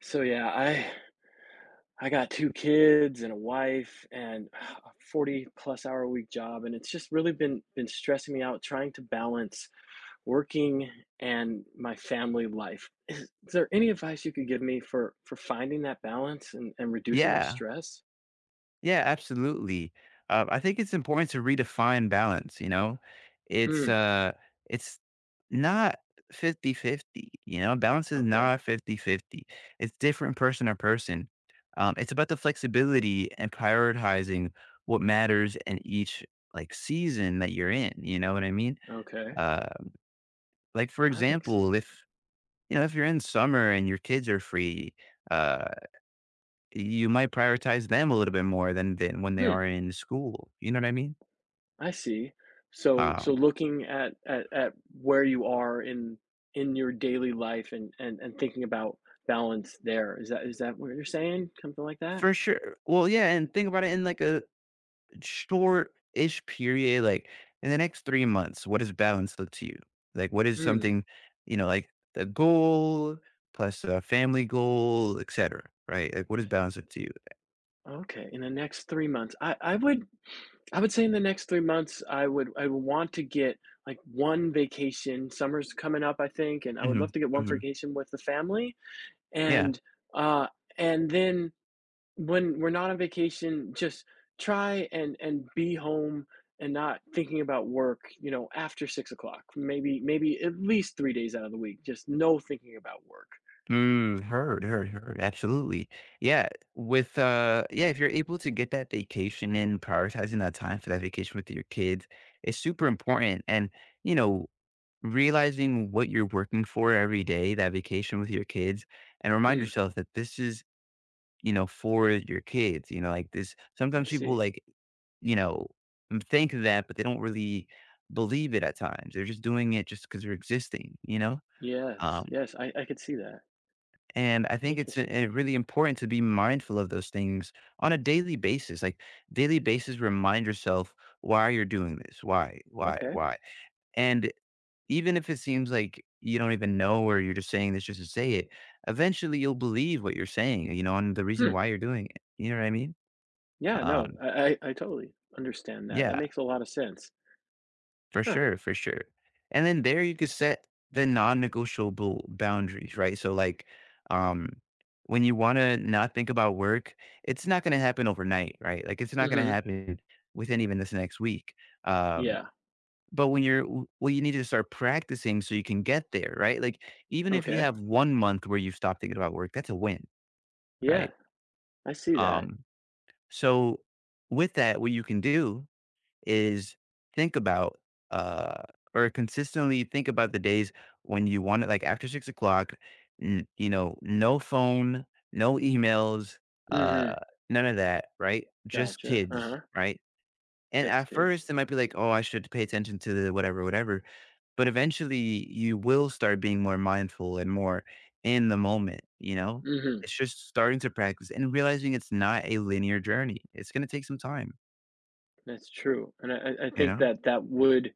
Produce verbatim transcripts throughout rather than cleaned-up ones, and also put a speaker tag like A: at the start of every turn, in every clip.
A: So yeah, I I got two kids and a wife and a forty plus hour a week job, and it's just really been been stressing me out trying to balance working and my family life. Is is there any advice you could give me for for finding that balance and and reducing my
B: Yeah.
A: stress?
B: Yeah, absolutely. Uh, I think it's important to redefine balance, you know? It's
A: Hmm,
B: uh it's not fifty-fifty. You know? Balance is
A: okay,
B: not fifty-fifty. It's different person to person. Um, it's about the flexibility and prioritizing what matters in each like season that you're in, you know what I mean?
A: okay.
B: Uh like for
A: That makes.
B: example, if you know, if you're in summer and your kids are free, uh you might prioritize them a little bit more than than when they
A: Hmm.
B: are in school, you know what I mean?
A: I see. So so
B: Um,
A: looking at at at where you are in in your daily life and and and thinking about balance there, is that is that what you're saying? Something like that?
B: for sure. Well, yeah, and think about it in, like, a short-ish period, like, in the next three months, what does balance look to you? Like, what is
A: Mm,
B: something, you know, like, the goal plus a family goal, etcetera, right? Like, what does balance look to you?
A: okay. In the next three months, I I would I would say in the next three months, I would I would want to get, like, one vacation. Summer's coming up, I think, and I would love
B: Mhm,
A: to get one
B: mhm,
A: vacation with the family,
B: yeah.
A: and, uh, and then when we're not on vacation, just try and and be home and not thinking about work, you know, after six o'clock. Maybe maybe at least three days out of the week. Just no thinking about work.
B: Mm, heard, heard, heard. Absolutely. Yeah. With uh Yeah, if you're able to get that vacation in, prioritizing that time for that vacation with your kids is super important. And, you know, realizing what you're working for every day, that vacation with your kids, and remind
A: Hmm.
B: yourself that this is, you know, for your kids. You know, like, this
A: I
B: sometimes people
A: see.
B: like, you know, m- think of that, but they don't really believe it at times. They're just doing it just because they're existing, you know?
A: Yes.
B: Um,
A: Yes. I, I could see that.
B: and I think it's
A: Interesting.
B: uh, really important to be mindful of those things on a daily basis. Like, daily basis, remind yourself why you're doing this. Why, why,
A: Okay.
B: why. And even if it seems like you don't even know or you're just saying this just to say it, eventually you'll believe what you're saying, you know, and the reason
A: Hmm.
B: why you're doing it. You know what I mean?
A: Yeah. No.
B: Um,
A: I, I I totally understand that. That
B: yeah.
A: makes a lot of sense.
B: For
A: Huh.
B: sure, for sure. And then there you could set the non-negotiable boundaries, right? So like, um when you want to not think about work, it's not going to happen overnight, right? Like it's not going to
A: Mm-hmm.
B: happen within even this next week. Um
A: Yeah.
B: but when you're w- well, you need to start practicing so you can get there, right? Like, even if you
A: Okay.
B: have one month where you stop thinking about work, that's a win,
A: Yeah.
B: right?
A: I see that.
B: Um so with that, what you can do is think about, uh, or consistently think about the days when you want it, like after six o'clock, n- you know, no phone, no emails, uh,
A: Mm-hmm.
B: none of that, right? Just
A: Gotcha. Uh
B: kids,
A: huh.
B: right? And
A: Just
B: at
A: kids.
B: first, it might be like, oh, I should pay attention to the whatever, whatever. But eventually, you will start being more mindful and more in the moment, you know?
A: Mm-hmm.
B: It's just starting to practice and realizing it's not a linear journey. It's going to take some time,
A: That's true, and I I
B: you
A: think
B: know?
A: that that would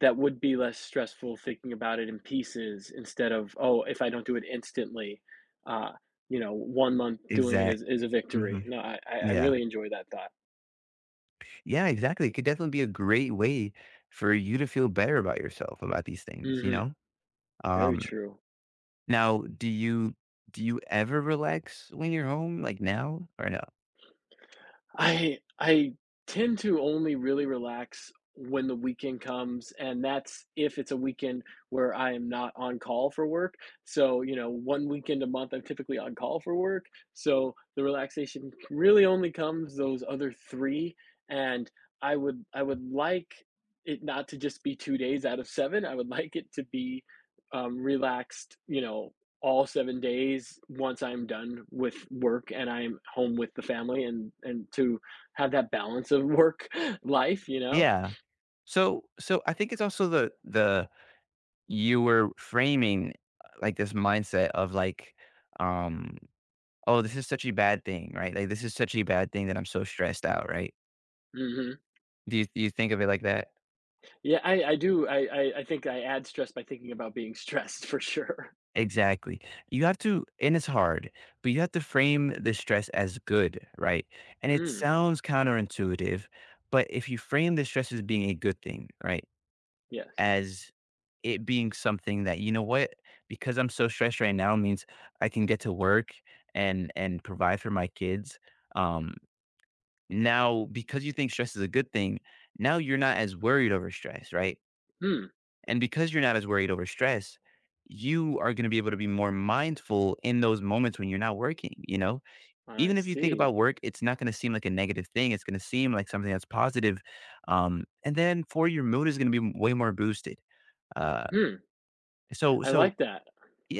A: that would be less stressful thinking about it in pieces instead of, "Oh, if I don't do it instantly, uh, you know, one month doing it
B: Exact.
A: is is a victory." No, I I I
B: Yeah.
A: really enjoy that thought.
B: Yeah, exactly. It could definitely be a great way for you to feel better about yourself about these things, you
A: Mhm.
B: know?
A: Very
B: Um,
A: true.
B: Now do you do you ever relax when you're home like now or no?
A: I I tend to only really relax when the weekend comes, and that's if it's a weekend where I am not on call for work. So, you know, one weekend a month, I'm typically on call for work. So the relaxation really only comes those other three. And I would I would like it not to just be two days out of seven. I would like it to be um, relaxed, you know, all seven days once I'm done with work and I'm home with the family and and to have that balance of work life, you know?
B: Yeah. So so I think it's also the the you were framing uh, like this mindset of like, um oh, this is such a bad thing, right? Like this is such a bad thing that I'm so stressed out, right?
A: Mhm.
B: Do you do you think of it like that?
A: Yeah, I I do. I I I think I add stress by thinking about being stressed for sure.
B: Exactly. You have to, and it's hard, but you have to frame the stress as good, right? And it
A: Mm,
B: sounds counterintuitive, but if you frame the stress as being a good thing, right?
A: yes.
B: As it being something that, you know what, because I'm so stressed right now means I can get to work and and provide for my kids. Um Now because you think stress is a good thing, now you're not as worried over stress, right?
A: Hmm,
B: And because you're not as worried over stress, you are going to be able to be more mindful in those moments when you're not working, you know?
A: I
B: Even if you think
A: see.
B: about work, it's not going to seem like a negative thing. It's going to seem like something that's positive. Um, and then for your mood is going to be way more boosted. Uh,
A: Hmm.
B: so,
A: I
B: so
A: like that.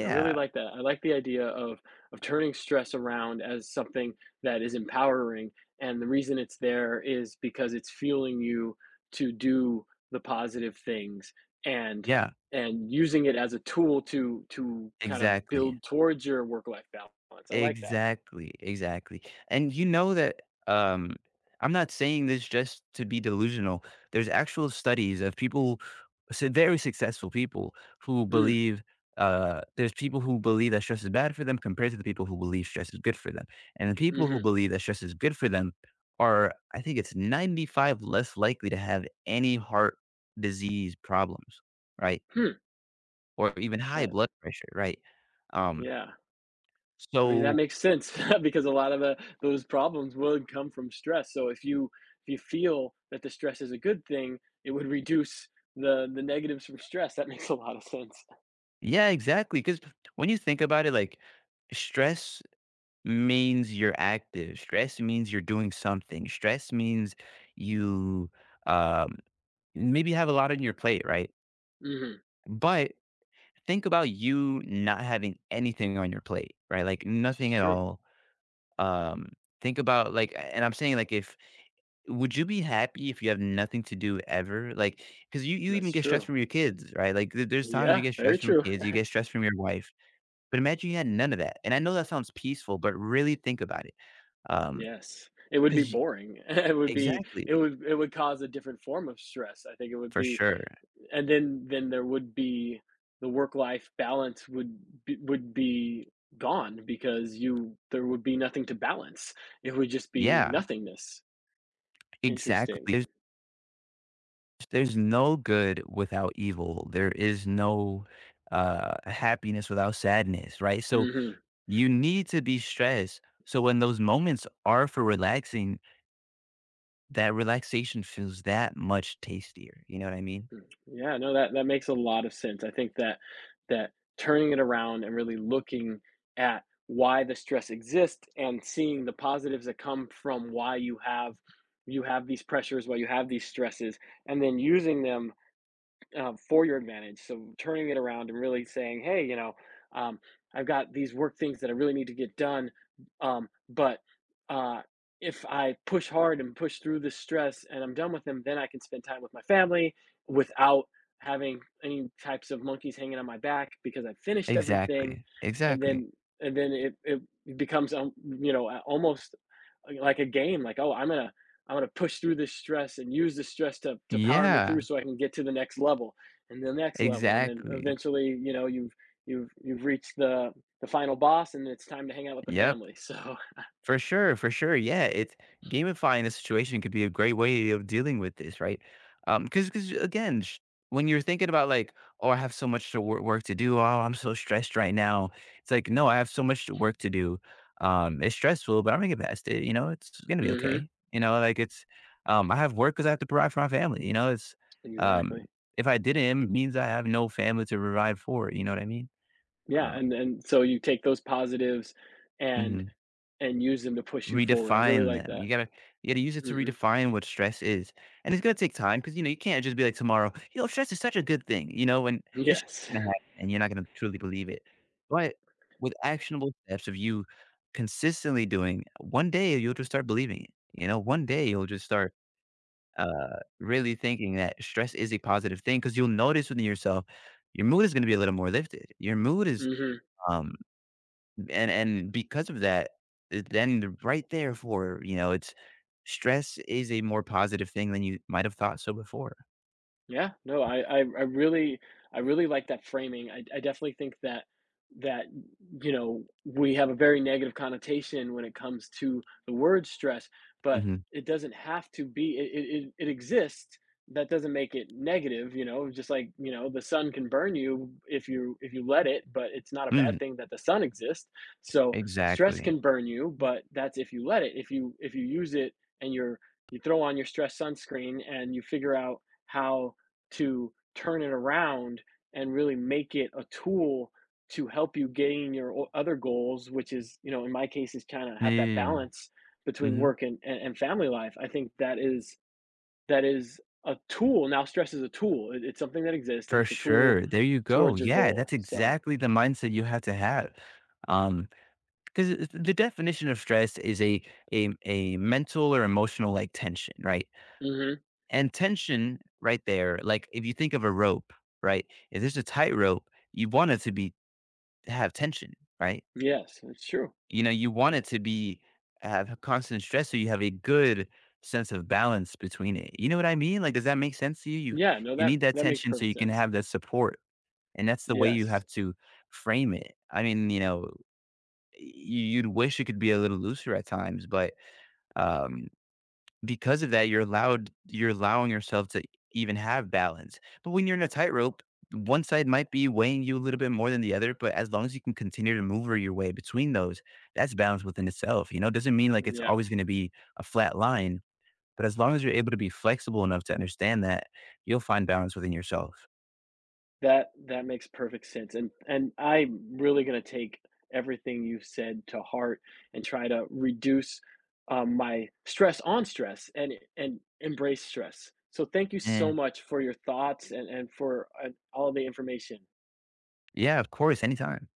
A: I really like that. I like the idea of of turning stress around as something that is empowering, and the reason it's there is because it's fueling you to do the positive things and
B: yeah,
A: and using it as a tool to to kind of
B: exactly.
A: build towards your work life balance. I like that.
B: Exactly, exactly. And you know that, um I'm not saying this just to be delusional. There's actual studies of people, so very successful people who
A: Mm,
B: believe, uh there's people who believe that stress is bad for them compared to the people who believe stress is good for them. And the people who
A: mhm.
B: believe that stress is good for them are, I think it's ninety-five less likely to have any heart disease problems, right?
A: Hmm.
B: Or even high
A: That.
B: blood pressure, right? Um
A: Yeah. I mean,
B: so
A: that makes sense because a lot of the, those problems would come from stress. So if you if you feel that the stress is a good thing, it would reduce the the negatives from stress. That makes a lot of sense.
B: yeah, exactly. Because when you think about it, like, stress means you're active, stress means you're doing something, stress means you, um, maybe have a lot on your plate, right?
A: Hmm.
B: But think about you not having anything on your plate, right? Like, nothing
A: It's
B: at
A: true.
B: all, um, think about, like, and I'm saying, like, if would you be happy if you have nothing to do ever? Like, because you you even
A: That's
B: get stressed
A: true.
B: from your kids, right? Like, there there's times you
A: Yeah,
B: get
A: very
B: stressed from
A: true.
B: kids, you get stressed from your wife. But imagine you had none of that, and I know that sounds peaceful, but really think about it. Um,
A: Yes, it would be
B: because
A: boring. It would be it
B: Exactly,
A: would it would cause a different form of stress. I think it would
B: for
A: be,
B: sure.
A: and then then there would be the work life balance would be, would be gone because you there would be nothing to balance. It would just be
B: Yeah,
A: nothingness.
B: exactly.
A: Interesting.
B: There's there's no good without evil. There is no, uh, happiness without sadness, right? So,
A: Hmm.
B: you need to be stressed, so when those moments are for relaxing, that relaxation feels that much tastier, you know what I mean?
A: Yeah, no, that that makes a lot of sense. I think that that turning it around and really looking at why the stress exists and seeing the positives that come from why you have you have these pressures, why you have these stresses, and then using them, um, for your advantage. So turning it around and really saying, hey, you know, um, I've got these work things that I really need to get done, um, but uh, if I push hard and push through this stress and I'm done with them, then I can spend time with my family without having any types of monkeys hanging on my back because I finished everything,
B: Exactly,
A: and
B: exactly.
A: then and then it it becomes, um, you know a- almost, uh, like a game, like, oh, i'm gonna I'm going to push through this stress and use the stress to, to power me through
B: Yeah,
A: so I can get to the next level and the next level. And then
B: exactly.
A: eventually, you know, you've, you've, you've reached the, the final boss and it's time to hang out with the
B: Yep.
A: family. So.
B: For sure, for sure. Yeah, it's gamifying the situation could be a great way of dealing with this, right? Um, because again, sh- when you're thinking about like, oh, I have so much to wor- work to do. Oh, I'm so stressed right now. It's like, no, I have so much to work to do. Um, it's stressful, but I'm gonna get past it. You know, it's gonna be
A: Hmm.
B: okay. You know, like it's, um, I have work because I have to provide for my family. You know, it's, um,
A: Exactly.
B: if I didn't, it means I have no family to provide for. You know what I mean?
A: Yeah.
B: Uh,
A: And, and so you take those positives and,
B: mhm.
A: and use them to push you forward. I really
B: Redefine
A: like
B: them.
A: that.
B: You gotta you gotta use it to
A: Hmm.
B: redefine what stress is, and it's gonna take time because you know you can't just be like tomorrow. You know, stress is such a good thing. You know, and it's
A: Yes.
B: gonna happen, and you're not gonna truly believe it. But with actionable steps of you consistently doing, one day you'll just start believing it. You know, one day you'll just start, uh, really thinking that stress is a positive thing because you'll notice within yourself your mood is going to be a little more lifted. Your mood is,
A: Hmm.
B: um, and and because of that, uh, then the right there for, you know, it's stress is a more positive thing than you might have thought so before.
A: Yeah, no, I I I really I really like that framing. I I definitely think that that, you know, we have a very negative connotation when it comes to the word stress, but
B: Mhm,
A: it doesn't have to be. It it it it exists. That doesn't make it negative, you know, just like, you know, the sun can burn you if you if you let it, but it's not a
B: mhm,
A: bad thing that the sun exists. So stress
B: exactly.
A: can burn you, but that's if you let it. If you if you use it and you're you throw on your stress sunscreen and you figure out how to turn it around and really make it a tool to help you gain your other goals, which is, you know in my case, is trying to have that
B: Mm,
A: balance between
B: mhm,
A: work and, and, and family life. I think that is that is a tool. Now stress is a tool. It- it's something that exists and
B: for
A: it's a tool
B: sure. There you go.
A: towards your
B: Yeah,
A: goal,
B: that's
A: so.
B: exactly the mindset you have to have. Um, 'Cause I the definition of stress is a a a mental or emotional, like, tension, right?
A: Hmm.
B: And tension right there, like, if you think of a rope, right? If there's a tightrope, you want it to be have tension, right?
A: Yes, it's true.
B: You know, you want it to be have constant stress so you have a good sense of balance between it. You know what I mean? Like, does that make sense to you? You
A: Yeah, no,
B: you
A: that
B: need that
A: that makes
B: tension so
A: perfect
B: you can
A: sense.
B: have that support. And that's the way you
A: Yes.
B: have to frame it. I mean, you know, y- you'd wish it could be a little looser at times, but um because of that, you're allowed you're allowing yourself to even have balance. But when you're in a tightrope, one side might be weighing you a little bit more than the other, but as long as you can continue to maneuver your way between those, that's balance within itself. You know, doesn't mean like it's
A: Yeah.
B: always going to be a flat line, but as long as you're able to be flexible enough to understand that, you'll find balance within yourself.
A: That that makes perfect sense, and and I'm really gonna take everything you've said to heart and try to reduce, um, my stress on stress and and embrace stress. So thank you so
B: And
A: much for your thoughts and and for, uh, all the information.
B: yeah, of course, anytime.